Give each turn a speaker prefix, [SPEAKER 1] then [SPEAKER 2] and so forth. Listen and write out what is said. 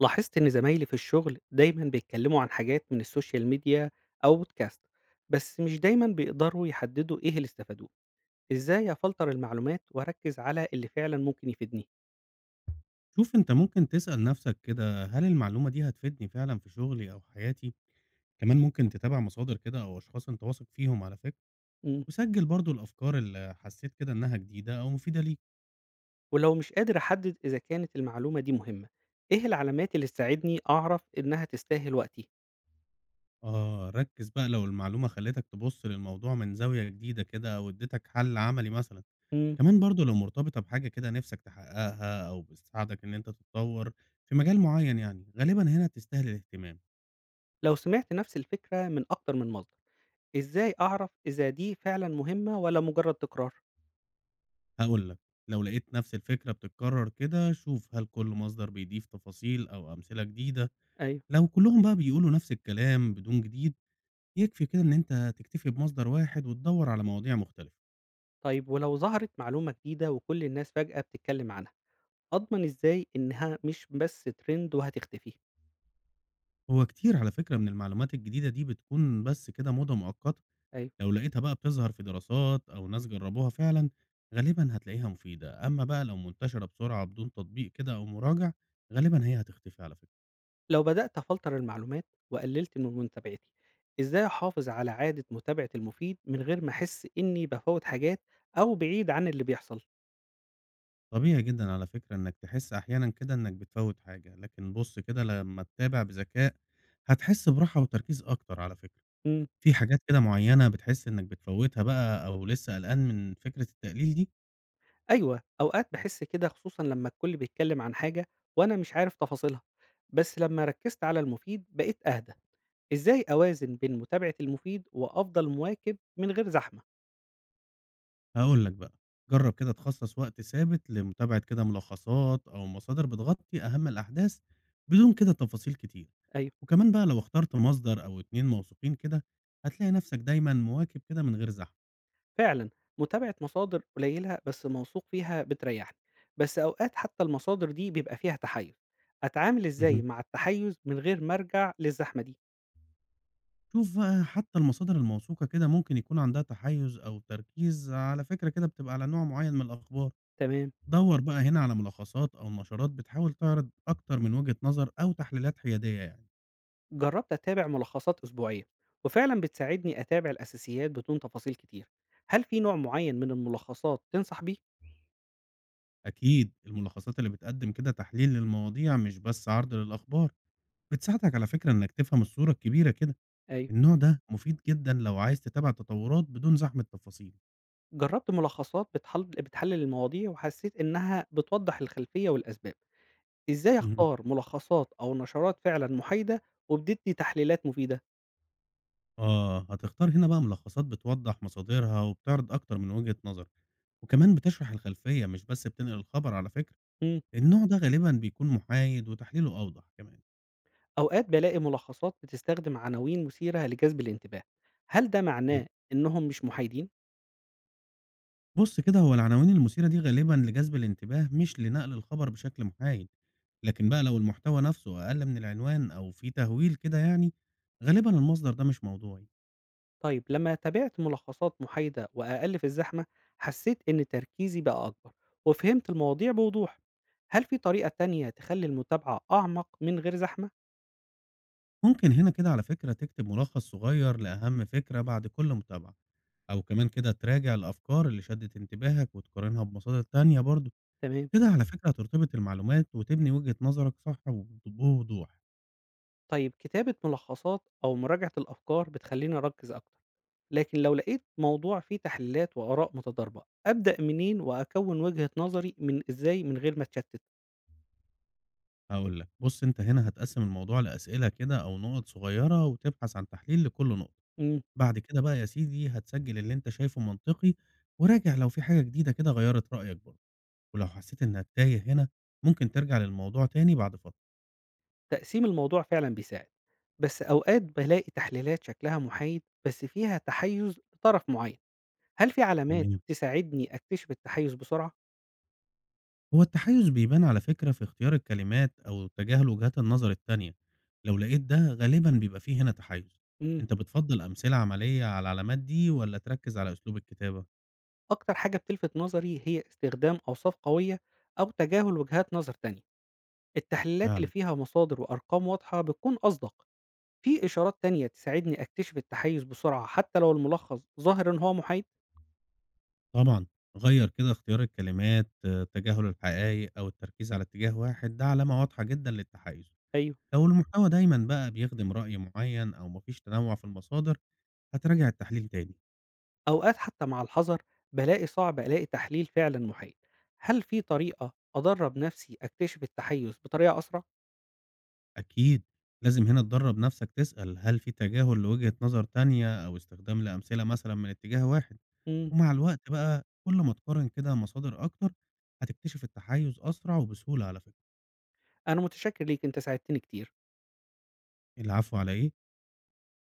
[SPEAKER 1] لاحظت إن زمايلي في الشغل دايما بيتكلموا عن حاجات من السوشيال ميديا أو بودكاست. بس مش دايما بيقدروا يحددوا إيه اللي استفادوه. إزاي أفلتر المعلومات وأركز على اللي فعلا ممكن يفيدني؟
[SPEAKER 2] شوف أنت ممكن تسأل نفسك كده، هل المعلومة دي هتفيدني فعلا في شغلي أو حياتي؟ كمان ممكن تتابع مصادر كده أو أشخاص أنت واثق فيهم على فكرة.
[SPEAKER 1] مم.
[SPEAKER 2] وسجل برضو الأفكار اللي حسيت كده إنها جديدة أو مفيدة ليك.
[SPEAKER 1] ولو مش قادر أحدد إذا كانت المعلومة دي مهمة، إيه العلامات اللي تساعدني أعرف إنها تستاهل وقتي؟
[SPEAKER 2] آه، ركز بقى، لو المعلومة خلتك تبص للموضوع من زاوية جديدة كده أو اديتك حل عملي مثلا.
[SPEAKER 1] مم.
[SPEAKER 2] كمان برضو لو مرتبطة بحاجة كده نفسك تحققها أو بتساعدك إن أنت تتطور في مجال معين، يعني غالبا هنا تستاهل الاهتمام.
[SPEAKER 1] لو سمعت نفس الفكرة من أكتر من مصدر، إزاي أعرف إذا دي فعلا مهمة ولا مجرد تكرار؟
[SPEAKER 2] هاقول لك، لو لقيت نفس الفكرة بتتكرر كده، شوف هل كل مصدر بيضيف تفاصيل أو أمثلة جديدة،
[SPEAKER 1] أيوه.
[SPEAKER 2] لو كلهم بقى بيقولوا نفس الكلام بدون جديد، يكفي كده إن أنت تكتفي بمصدر واحد وتدوّر على مواضيع مختلفة.
[SPEAKER 1] طيب ولو ظهرت معلومة جديدة وكل الناس فجأة بتتكلم عنها، أضمن إزاي إنها مش بس ترند وهتختفي؟
[SPEAKER 2] هو كتير على فكرة من المعلومات الجديدة دي بتكون بس كده موضة مؤقتة،
[SPEAKER 1] أيوه.
[SPEAKER 2] لو لقيتها بقى بتظهر في دراسات أو ناس جربوها فعلًا، غالبًا هتلاقيها مفيدة، أما بقى لو منتشرة بسرعة بدون تطبيق كده أو مراجع، غالبًا هي هتختفي على فكرة.
[SPEAKER 1] لو بدأت أفلتر المعلومات وقللت من متابعتي، إزاي أحافظ على عادة متابعة المفيد من غير ما أحس إني بفوت حاجات أو بعيد عن اللي بيحصل؟
[SPEAKER 2] طبيعي جدًا على فكرة إنك تحس أحيانًا كده إنك بتفوّت حاجة، لكن بُص كده لمّا تتابع بذكاء هتحس براحة وتركيز أكتر على فكرة.
[SPEAKER 1] إمم.
[SPEAKER 2] في حاجات كده معيّنة بتحس إنك بتفوّتها بقى، أو لسه قلقان من فكرة التقليل دي؟
[SPEAKER 1] أيوه، أوقات باحس كده خصوصًا لمّا الكل بيتكلم عن حاجة وأنا مش عارف تفاصيلها، بس لمّا ركزت على المفيد بقيت أهدى. إزاي أوازن بين متابعة المفيد وأفضل مواكب من غير زحمة؟
[SPEAKER 2] هاقول لك بقى، جرّب كده تخصص وقت ثابت لمتابعة كده ملخصات أو مصادر بتغطي أهم الأحداث بدون كده تفاصيل كتير.
[SPEAKER 1] أيوه.
[SPEAKER 2] وكمان بقى لو اخترت مصدر أو 2 موثوقين كده، هتلاقي نفسك دايمًا مواكب كده من غير زحمة.
[SPEAKER 1] فعلًا، متابعة مصادر قليلة بس موثوق فيها بتريحني، بس أوقات حتى المصادر دي بيبقى فيها تحيُّز، أتعامل إزاي
[SPEAKER 2] اهم.
[SPEAKER 1] مع التحيُّز من غير ما أرجع للزحمة دي؟
[SPEAKER 2] شوف بقى، حتى المصادر الموثوقة كده ممكن يكون عندها تحيز أو تركيز على فكرة كده بتبقى على نوع معين من الأخبار.
[SPEAKER 1] تمام،
[SPEAKER 2] دور بقى هنا على ملخصات أو نشرات بتحاول تعرض أكتر من وجهة نظر أو تحليلات حيادية، يعني
[SPEAKER 1] جرّبت أتابع ملخصات أسبوعية، وفعلًا بتساعدني أتابع الأساسيات بدون تفاصيل كتير، هل في نوع معيّن من الملخصات تنصح بيه؟
[SPEAKER 2] أكيد الملخصات اللي بتقدم كده تحليل للمواضيع مش بس عرض للأخبار بتساعدك على فكرة إنك تفهم الصورة الكبيرة كده.
[SPEAKER 1] أيوه،
[SPEAKER 2] النوع ده مفيد جدا لو عايز تتابع تطورات بدون زحمة تفاصيل.
[SPEAKER 1] جرّبت ملخصات بتحلل المواضيع وحسيت إنها بتوضّح الخلفية والأسباب، إزاي أختار ملخصات أو نشرات فعلًا محايدة وبتدّي تحليلات مفيدة؟
[SPEAKER 2] آه، هتختار هنا بقى ملخصات بتوضح مصادرها وبتعرض أكتر من وجهة نظر، وكمان بتشرح الخلفية مش بس بتنقل الخبر على فكرة،
[SPEAKER 1] إمم.
[SPEAKER 2] النوع ده غالبًا بيكون محايد وتحليله أوضح كمان.
[SPEAKER 1] أوقات بالاقي ملخصات بتستخدم عناوين مثيرة لجذب الانتباه، هل ده
[SPEAKER 2] مم.
[SPEAKER 1] معناه إنهم مش محايدين؟
[SPEAKER 2] بص كده، هو العناوين المثيرة دي غالبًا لجذب الانتباه مش لنقل الخبر بشكل محايد، لكن بقى لو المحتوى نفسه أقل من العنوان أو فيه تهويل كده، يعني غالبًا المصدر ده مش موضوعي.
[SPEAKER 1] طيب لما تابعت ملخصات محايدة وأقل في الزحمة حسيت إن تركيزي بقى أكبر وفهمت المواضيع بوضوح، هل في طريقة تانية تخلي المتابعة أعمق من غير زحمة؟
[SPEAKER 2] ممكن هنا كده على فكرة تكتب ملخص صغير لأهم فكرة بعد كل متابعة. أو كمان كده تراجع الأفكار اللي شدت انتباهك وتقارنها بمصادر تانية برضه،
[SPEAKER 1] تمام.
[SPEAKER 2] كده على فكرة هترتبط المعلومات وتبني وجهة نظرك صح بوضوح.
[SPEAKER 1] طيب كتابة ملخصات أو مراجعة الأفكار بتخليني أركز أكتر، لكن لو لقيت موضوع فيه تحليلات وآراء متضاربة، أبدأ منين وأكون وجهة نظري من إزاي من غير ما أتشتت؟
[SPEAKER 2] هاقول لك، بُص أنت هنا هتقسم الموضوع لأسئلة كده أو نقط صغيرة وتبحث عن تحليل لكل نقطة، بعد كده بقى يا سيدي هتسجل اللي أنت شايفه منطقي وراجع لو في حاجة جديدة كده غيّرت رأيك برضه، ولو حسيت إنك تايه هنا ممكن ترجع للموضوع تاني بعد فترة.
[SPEAKER 1] تقسيم الموضوع فعلًا بيساعد، بس أوقات بالاقي تحليلات شكلها محايد بس فيها تحيُّز لطرف معين، هل في علامات
[SPEAKER 2] تمام.
[SPEAKER 1] تساعدني أكتشف التحيُّز بسرعة؟
[SPEAKER 2] هو التحيز بيبان على فكرة في اختيار الكلمات أو تجاهل وجهات النظر التانية، لو لقيت ده غالبا بيبقى فيه هنا تحيز.
[SPEAKER 1] إمم،
[SPEAKER 2] انت بتفضل أمثلة عملية على العلامات دي ولا تركز على أسلوب الكتابة؟
[SPEAKER 1] أكتر حاجة بتلفت نظري هي استخدام أوصاف قوية أو تجاهل وجهات نظر تانية، التحليلات اللي
[SPEAKER 2] فعلا.
[SPEAKER 1] فيها مصادر وأرقام واضحة بتكون أصدق، في إشارات تانية تساعدني أكتشف التحيُّز بسرعة حتى لو الملخص ظاهر إن هو محايد؟
[SPEAKER 2] طبعا، غير كده اختيار الكلمات، آه، تجاهل الحقائق أو التركيز على اتجاه واحد ده علامة واضحة جدا للتحيز.
[SPEAKER 1] أيوه.
[SPEAKER 2] لو المحتوى دايما بقى بيخدم رأي معين أو مفيش تنوع في المصادر هتراجع التحليل تاني.
[SPEAKER 1] أوقات حتى مع الحذر بالاقي صعب ألاقي تحليل فعلًا محايد. هل في طريقة أدرّب نفسي أكتشف التحيُّز بطريقة أسرع؟
[SPEAKER 2] أكيد، لازم هنا تدرّب نفْسك تسأل هل في تجاهل لوجهة نظر تانية أو استخدام لأمثلة مثلًا من اتجاه واحد،
[SPEAKER 1] إمم،
[SPEAKER 2] ومع الوقت بقى كل ما تقارن كده مصادر أكتر هتكتشف التحيُّز أسرع وبسهولة على فكرة.
[SPEAKER 1] أنا متشكر ليك، أنت ساعدتني كتير.
[SPEAKER 2] العفو على إيه؟